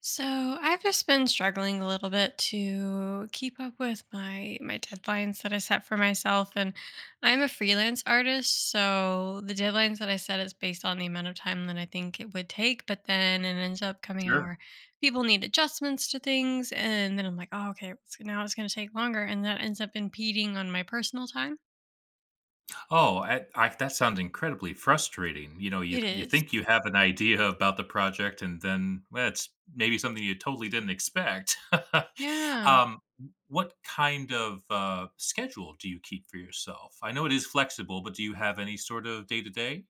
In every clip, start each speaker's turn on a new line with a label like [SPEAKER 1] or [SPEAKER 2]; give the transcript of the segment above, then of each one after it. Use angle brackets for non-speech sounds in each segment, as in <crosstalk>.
[SPEAKER 1] So I've just been struggling a little bit to keep up with my deadlines that I set for myself, and I'm a freelance artist, so the deadlines that I set is based on the amount of time that I think it would take, but then it ends up coming out
[SPEAKER 2] Sure.
[SPEAKER 1] where people need adjustments to things and then I'm like, oh, okay, now it's going to take longer, and that ends up impeding on my personal time.
[SPEAKER 2] Oh, I that sounds incredibly frustrating. You know, you
[SPEAKER 1] It
[SPEAKER 2] you
[SPEAKER 1] is.
[SPEAKER 2] think you have an idea about the project and then, well, it's maybe something you totally didn't expect. <laughs>
[SPEAKER 1] Yeah.
[SPEAKER 2] Um, what kind of, schedule do you keep for yourself? I know it is flexible, but do you have any sort of day-to-day?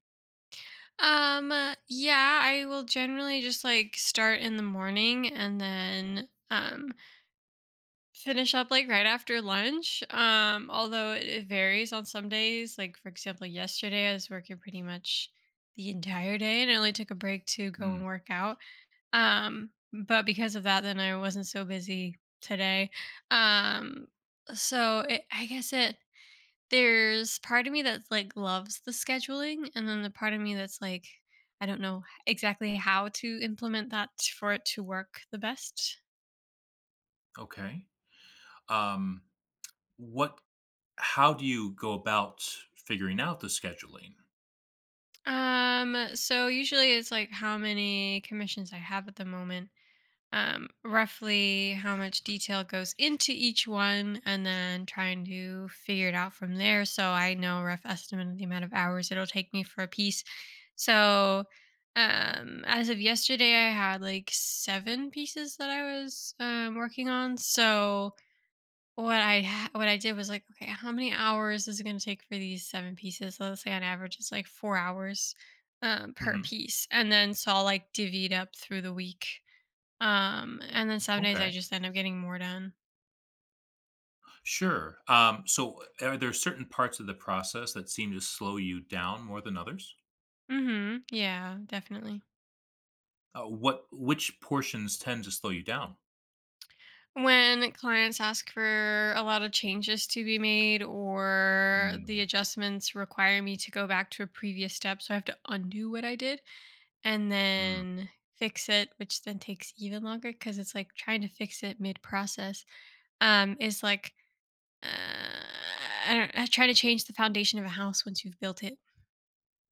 [SPEAKER 1] Yeah, I will generally just like start in the morning and then finish up like right after lunch. Although it varies on some days. Like, for example, yesterday I was working pretty much the entire day and I only took a break to go
[SPEAKER 2] Mm,
[SPEAKER 1] and work out. But because of that, then I wasn't so busy today. Um, so I guess it there's part of me that like loves the scheduling, and then the part of me that's like, I don't know exactly how to implement that for it to work the best.
[SPEAKER 2] okay. Um, what how do you go about figuring out the scheduling?
[SPEAKER 1] So usually it's like how many commissions I have at the moment, roughly how much detail goes into each one, and then trying to figure it out from there. So I know a rough estimate of the amount of hours it'll take me for a piece. So as of yesterday I had like seven pieces that I was working on. So what I did was like, "Okay, how many hours is it gonna take for these 7 pieces?" So let's say on average it's like 4 hours, per
[SPEAKER 2] Mhm.
[SPEAKER 1] piece, and then so I'll, like, divvy it up through the week. And then some days I
[SPEAKER 2] Okay.
[SPEAKER 1] just end up getting more done.
[SPEAKER 2] Sure. So, are there certain parts of the process that seem to slow you down more than others?
[SPEAKER 1] Mhm. Yeah, definitely.
[SPEAKER 2] What which portions tend to slow you down?
[SPEAKER 1] When clients ask for a lot of changes to be made or the
[SPEAKER 2] Mm,
[SPEAKER 1] adjustments require me to go back to a previous step, so I have to undo what I did, and
[SPEAKER 2] mm.
[SPEAKER 1] then fix it, which then takes even longer because it's like trying to fix it mid process, is like, uh, I don't I try to change the foundation of a house once you've built it.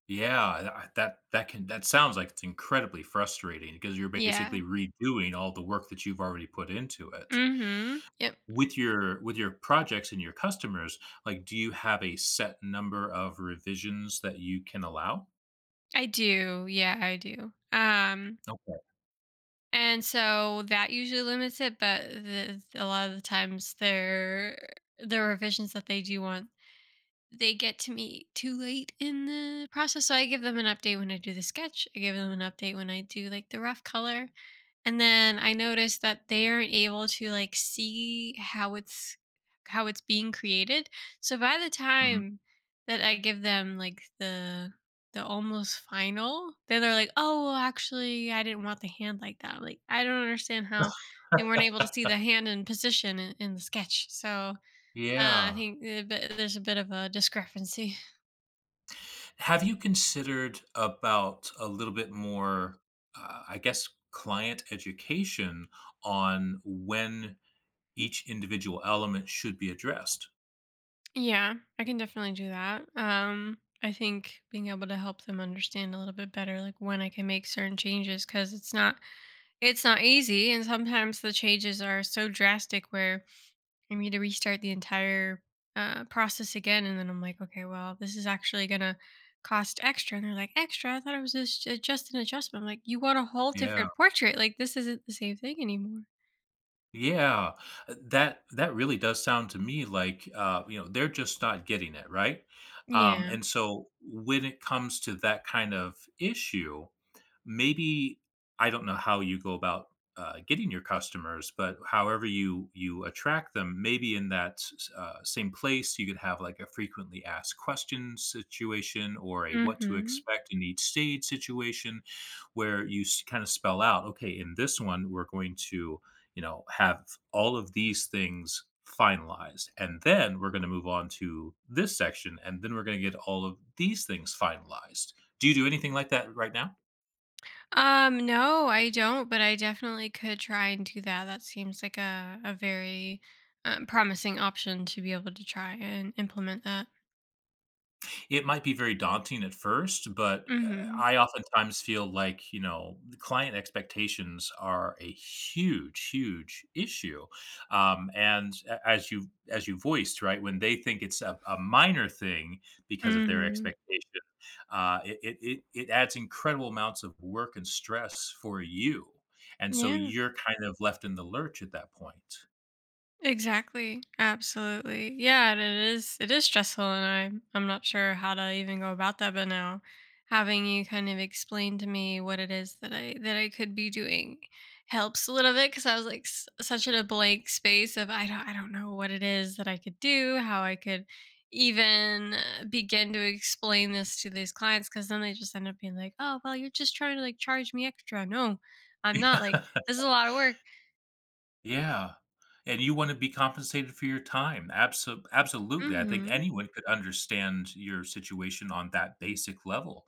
[SPEAKER 2] Yeah, that can that sounds like it's incredibly frustrating because you're basically
[SPEAKER 1] Yeah.
[SPEAKER 2] redoing all the work that you've already put into it.
[SPEAKER 1] Mm-hmm. Yep.
[SPEAKER 2] With your projects and your customers, like, do you have a set number of revisions that you can allow?
[SPEAKER 1] I do. Yeah, I do. Um,
[SPEAKER 2] Okay.
[SPEAKER 1] and so that usually limits it, but a lot of the times the revisions that they do want, they get to me too late in the process. So I give them an update when I do the sketch. I give them an update when I do like the rough color. And then I notice that they aren't able to like see how it's being created. So by the
[SPEAKER 2] Mhm.
[SPEAKER 1] time that I give them like the almost final, then they're like, "Oh, well, actually, I didn't want the hand like that." Like, I don't understand how they weren't able to see the hand in position in, the sketch. So I
[SPEAKER 2] Yeah.
[SPEAKER 1] think there's a bit of a discrepancy.
[SPEAKER 2] Have you considered about a little bit more, I guess, client education on when each individual element should be addressed?
[SPEAKER 1] Yeah, I can definitely do that. I think being able to help them understand a little bit better, like, when I can make certain changes, because it's not easy, and sometimes the changes are so drastic where I need to restart the entire process again, and then I'm like, okay, well, this is actually gonna cost extra, and they're like, extra? I thought it was just an adjustment. I'm like, you want a whole
[SPEAKER 2] Yeah.
[SPEAKER 1] different portrait? Like, this isn't the same thing anymore.
[SPEAKER 2] Yeah, that that really does sound to me like, you know, they're just not getting it, right?
[SPEAKER 1] Yeah.
[SPEAKER 2] And so when it comes to that kind of issue, maybe I don't know how you go about getting your customers, but however you attract them, maybe in that same place you could have like a frequently asked questions situation or a what to
[SPEAKER 1] Mm-hmm.
[SPEAKER 2] expect in each stage situation, where you kind of spell out, okay, in this one we're going to, you know, have all of these things finalized. And then we're going to move on to this section. And then we're going to get all of these things finalized. Do you do anything like that right now?
[SPEAKER 1] No, I don't, but I definitely could try and do that. That seems like a very promising option to be able to try and implement that.
[SPEAKER 2] It might be very daunting at first, but,
[SPEAKER 1] Mm-hmm.
[SPEAKER 2] I oftentimes feel like, you know, the client expectations are a huge, huge issue, and a as you voiced, right, when they think it's a minor thing because of their
[SPEAKER 1] Mm-hmm.
[SPEAKER 2] expectation, it it adds incredible amounts of work and stress for you, and so
[SPEAKER 1] Yeah.
[SPEAKER 2] you're kind of left in the lurch at that point.
[SPEAKER 1] Exactly. Absolutely. Yeah, and it is stressful, and I'm not sure how to even go about that, but now having you kind of explain to me what it is that I could be doing helps a little bit, cuz I was like such in a blank space of I don't know what it is that I could do, how I could even begin to explain this to these clients, cuz then they just end up being like, "Oh, well, you're just trying to like charge me extra." No, I'm not, like,
[SPEAKER 2] <laughs>
[SPEAKER 1] this is a lot of work.
[SPEAKER 2] Yeah, and you wanna be compensated for your time, absolutely, I think
[SPEAKER 1] Mhm.
[SPEAKER 2] anyone could understand your situation on that basic level.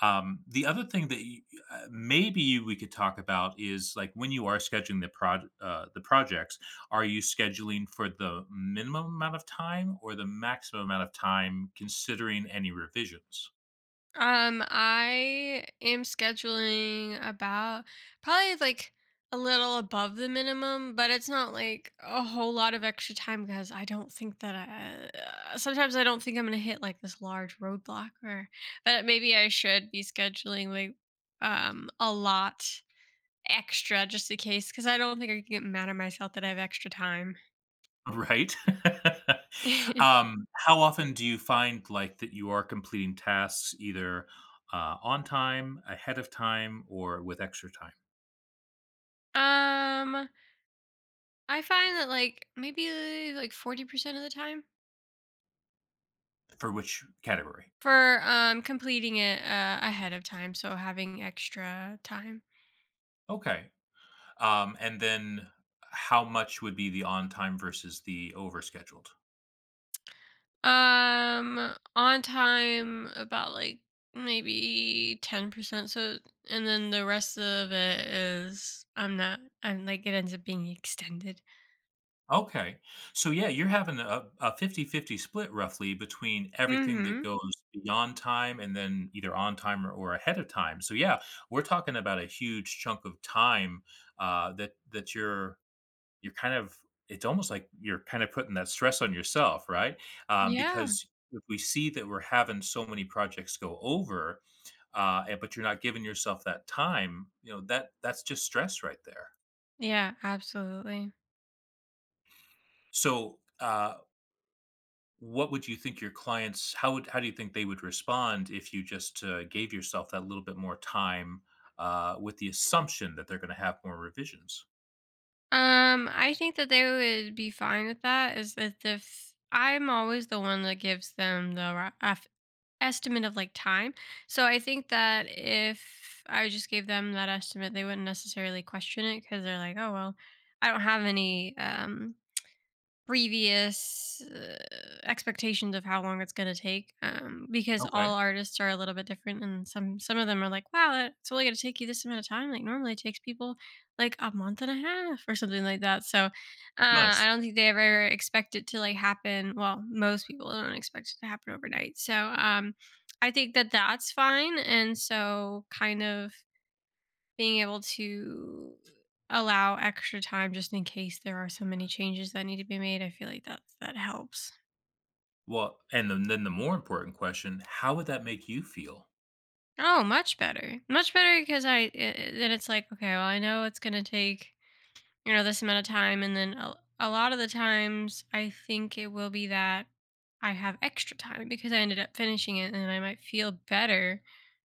[SPEAKER 2] The other thing that you maybe we could talk about is, like, when you are scheduling the proj the projects, are you scheduling for the minimum amount of time or the maximum amount of time considering any revisions?
[SPEAKER 1] I am scheduling about probably like a little above the minimum, but it's not like a whole lot of extra time because I don't think that I, sometimes I don't think I'm gonna hit like this large roadblock, or but maybe I should be scheduling like a lot extra just in case, because I don't think I can get mad at myself that I have extra time.
[SPEAKER 2] Right? <laughs>
[SPEAKER 1] <laughs>
[SPEAKER 2] How often do you find, like, that you are completing tasks either, on time, ahead of time, or with extra time?
[SPEAKER 1] um, I find that like maybe like 40% of the time.
[SPEAKER 2] For which category?
[SPEAKER 1] For completing it ahead of time, so having extra time.
[SPEAKER 2] Okay. And then how much would be the on time versus the overscheduled?
[SPEAKER 1] On time about like maybe 10%, so, and then the rest of it is I'm not I'm like it ends up being extended.
[SPEAKER 2] Okay. So, yeah, you're having a fifty fifty split roughly between everything that
[SPEAKER 1] Mhm.
[SPEAKER 2] goes beyond time and then either on time or ahead of time. So, yeah, we're talking about a huge chunk of time, that that you're kind of it's almost like you're kind of putting that stress on yourself, right?
[SPEAKER 1] Yeah.
[SPEAKER 2] Because if we see that we're having so many projects go over, and but you're not giving yourself that time, you know, that's just stress right there.
[SPEAKER 1] Yeah, absolutely.
[SPEAKER 2] So, what would you think your clients how would how do you think they would respond if you just, gave yourself that little bit more time, with the assumption that they're gonna have more revisions?
[SPEAKER 1] I think that they would be fine with that, is that if I'm always the one that gives them a estimate of like time. So I think that if I just gave them that estimate, they wouldn't necessarily question it because they're like, oh, well, I don't have any previous, expectations of how long it's gonna take, because
[SPEAKER 2] Okay,
[SPEAKER 1] all artists are a little bit different, and some of them are like, "Wow, it's only gonna take you this amount of time," like, normally it takes people, like, a month and a half or something like that, so, I
[SPEAKER 2] nice.
[SPEAKER 1] don't think they ever expect it to, like, happen, well, most people don't expect it to happen overnight, so, I think that that's fine, and so kind of being able to allow extra time just in case there are so many changes that need to be made, I feel like that that helps.
[SPEAKER 2] Well, and then the more important question, how would that make you feel?
[SPEAKER 1] Oh, much better, much better, because then it's like, okay, well, I know it's gonna take, you know, this amount of time. And then a lot of the times, I think it will be that I have extra time because I ended up finishing it, and then I might feel better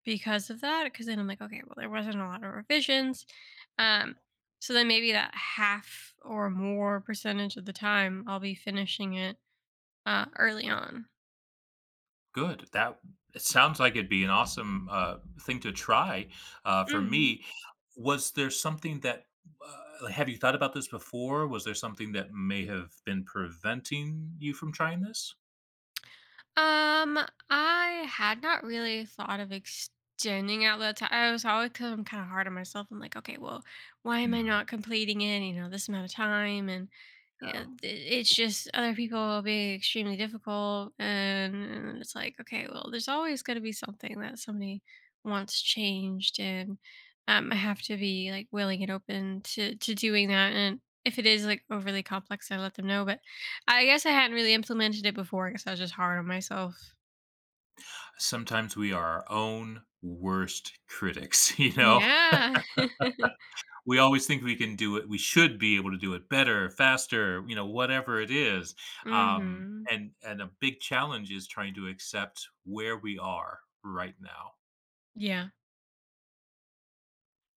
[SPEAKER 1] because of that. Because then I'm like, okay, well, there wasn't a lot of revisions. Um, so then maybe that half or more percentage of the time, I'll be finishing it early on.
[SPEAKER 2] Good, that it sounds like it'd be an awesome, thing to try. For
[SPEAKER 1] Mhm.
[SPEAKER 2] me, was there something that, have you thought about this before? Was there something that may have been preventing you from trying this?
[SPEAKER 1] Um, I had not really thought of extending out that time. I was always, because I'm kind of hard on myself. I'm like, okay, well, why am I
[SPEAKER 2] Mm,
[SPEAKER 1] not completing it? You know, this amount of time, and you
[SPEAKER 2] yeah.
[SPEAKER 1] know, th- it's just other people being extremely difficult, and it's like, okay, well, there's always going to be something that somebody wants changed, and I have to be like willing and open to doing that, and if it is like overly complex, I let them know, but I guess I hadn't really implemented it before. I guess I was just hard on myself.
[SPEAKER 2] Sometimes we are our own worst critics, <laughs> you know?
[SPEAKER 1] Yeah. <laughs>
[SPEAKER 2] We always think we can do it we should be able to do it better, faster, you know, whatever it is,
[SPEAKER 1] mhm.
[SPEAKER 2] and a big challenge is trying to accept where we are right now.
[SPEAKER 1] Yeah.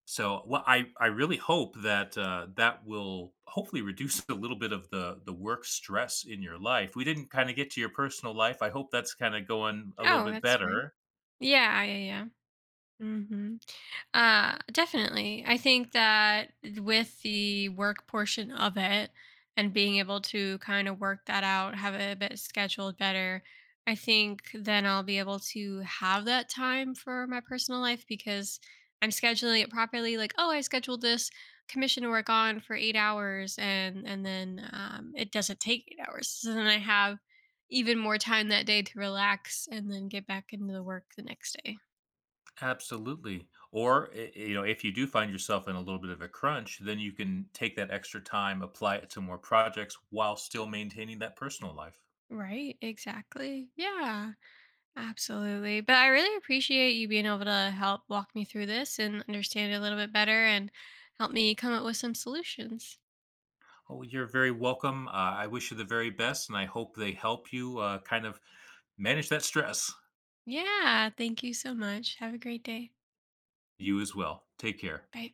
[SPEAKER 2] So, what I really hope that, that will hopefully reduce a little bit of the work stress in your life. We didn't kinda get to your personal life, I hope that's kinda going a little
[SPEAKER 1] Oh,
[SPEAKER 2] bit
[SPEAKER 1] that's fine.
[SPEAKER 2] better.
[SPEAKER 1] Yeah, yeah, yeah. Hmm. Definitely. I think that with the work portion of it and being able to kind of work that out, have it a bit scheduled better, I think then I'll be able to have that time for my personal life because I'm scheduling it properly. Like, oh, I scheduled this commission to work on for 8 hours, and then it doesn't take 8 hours. So then I have even more time that day to relax and then get back into the work the next day.
[SPEAKER 2] Absolutely. Or, you know, if you do find yourself in a little bit of a crunch, then you can take that extra time, apply it to more projects while still maintaining that personal life.
[SPEAKER 1] Right, exactly. Yeah, absolutely. But I really appreciate you being able to help walk me through this and understand it a little bit better and help me come up with some solutions.
[SPEAKER 2] Oh, you're very welcome. I wish you the very best, and I hope they help you kind of manage that stress.
[SPEAKER 1] Yeah, thank you so much. Have a great day.
[SPEAKER 2] You as well. Take care.
[SPEAKER 1] Bye.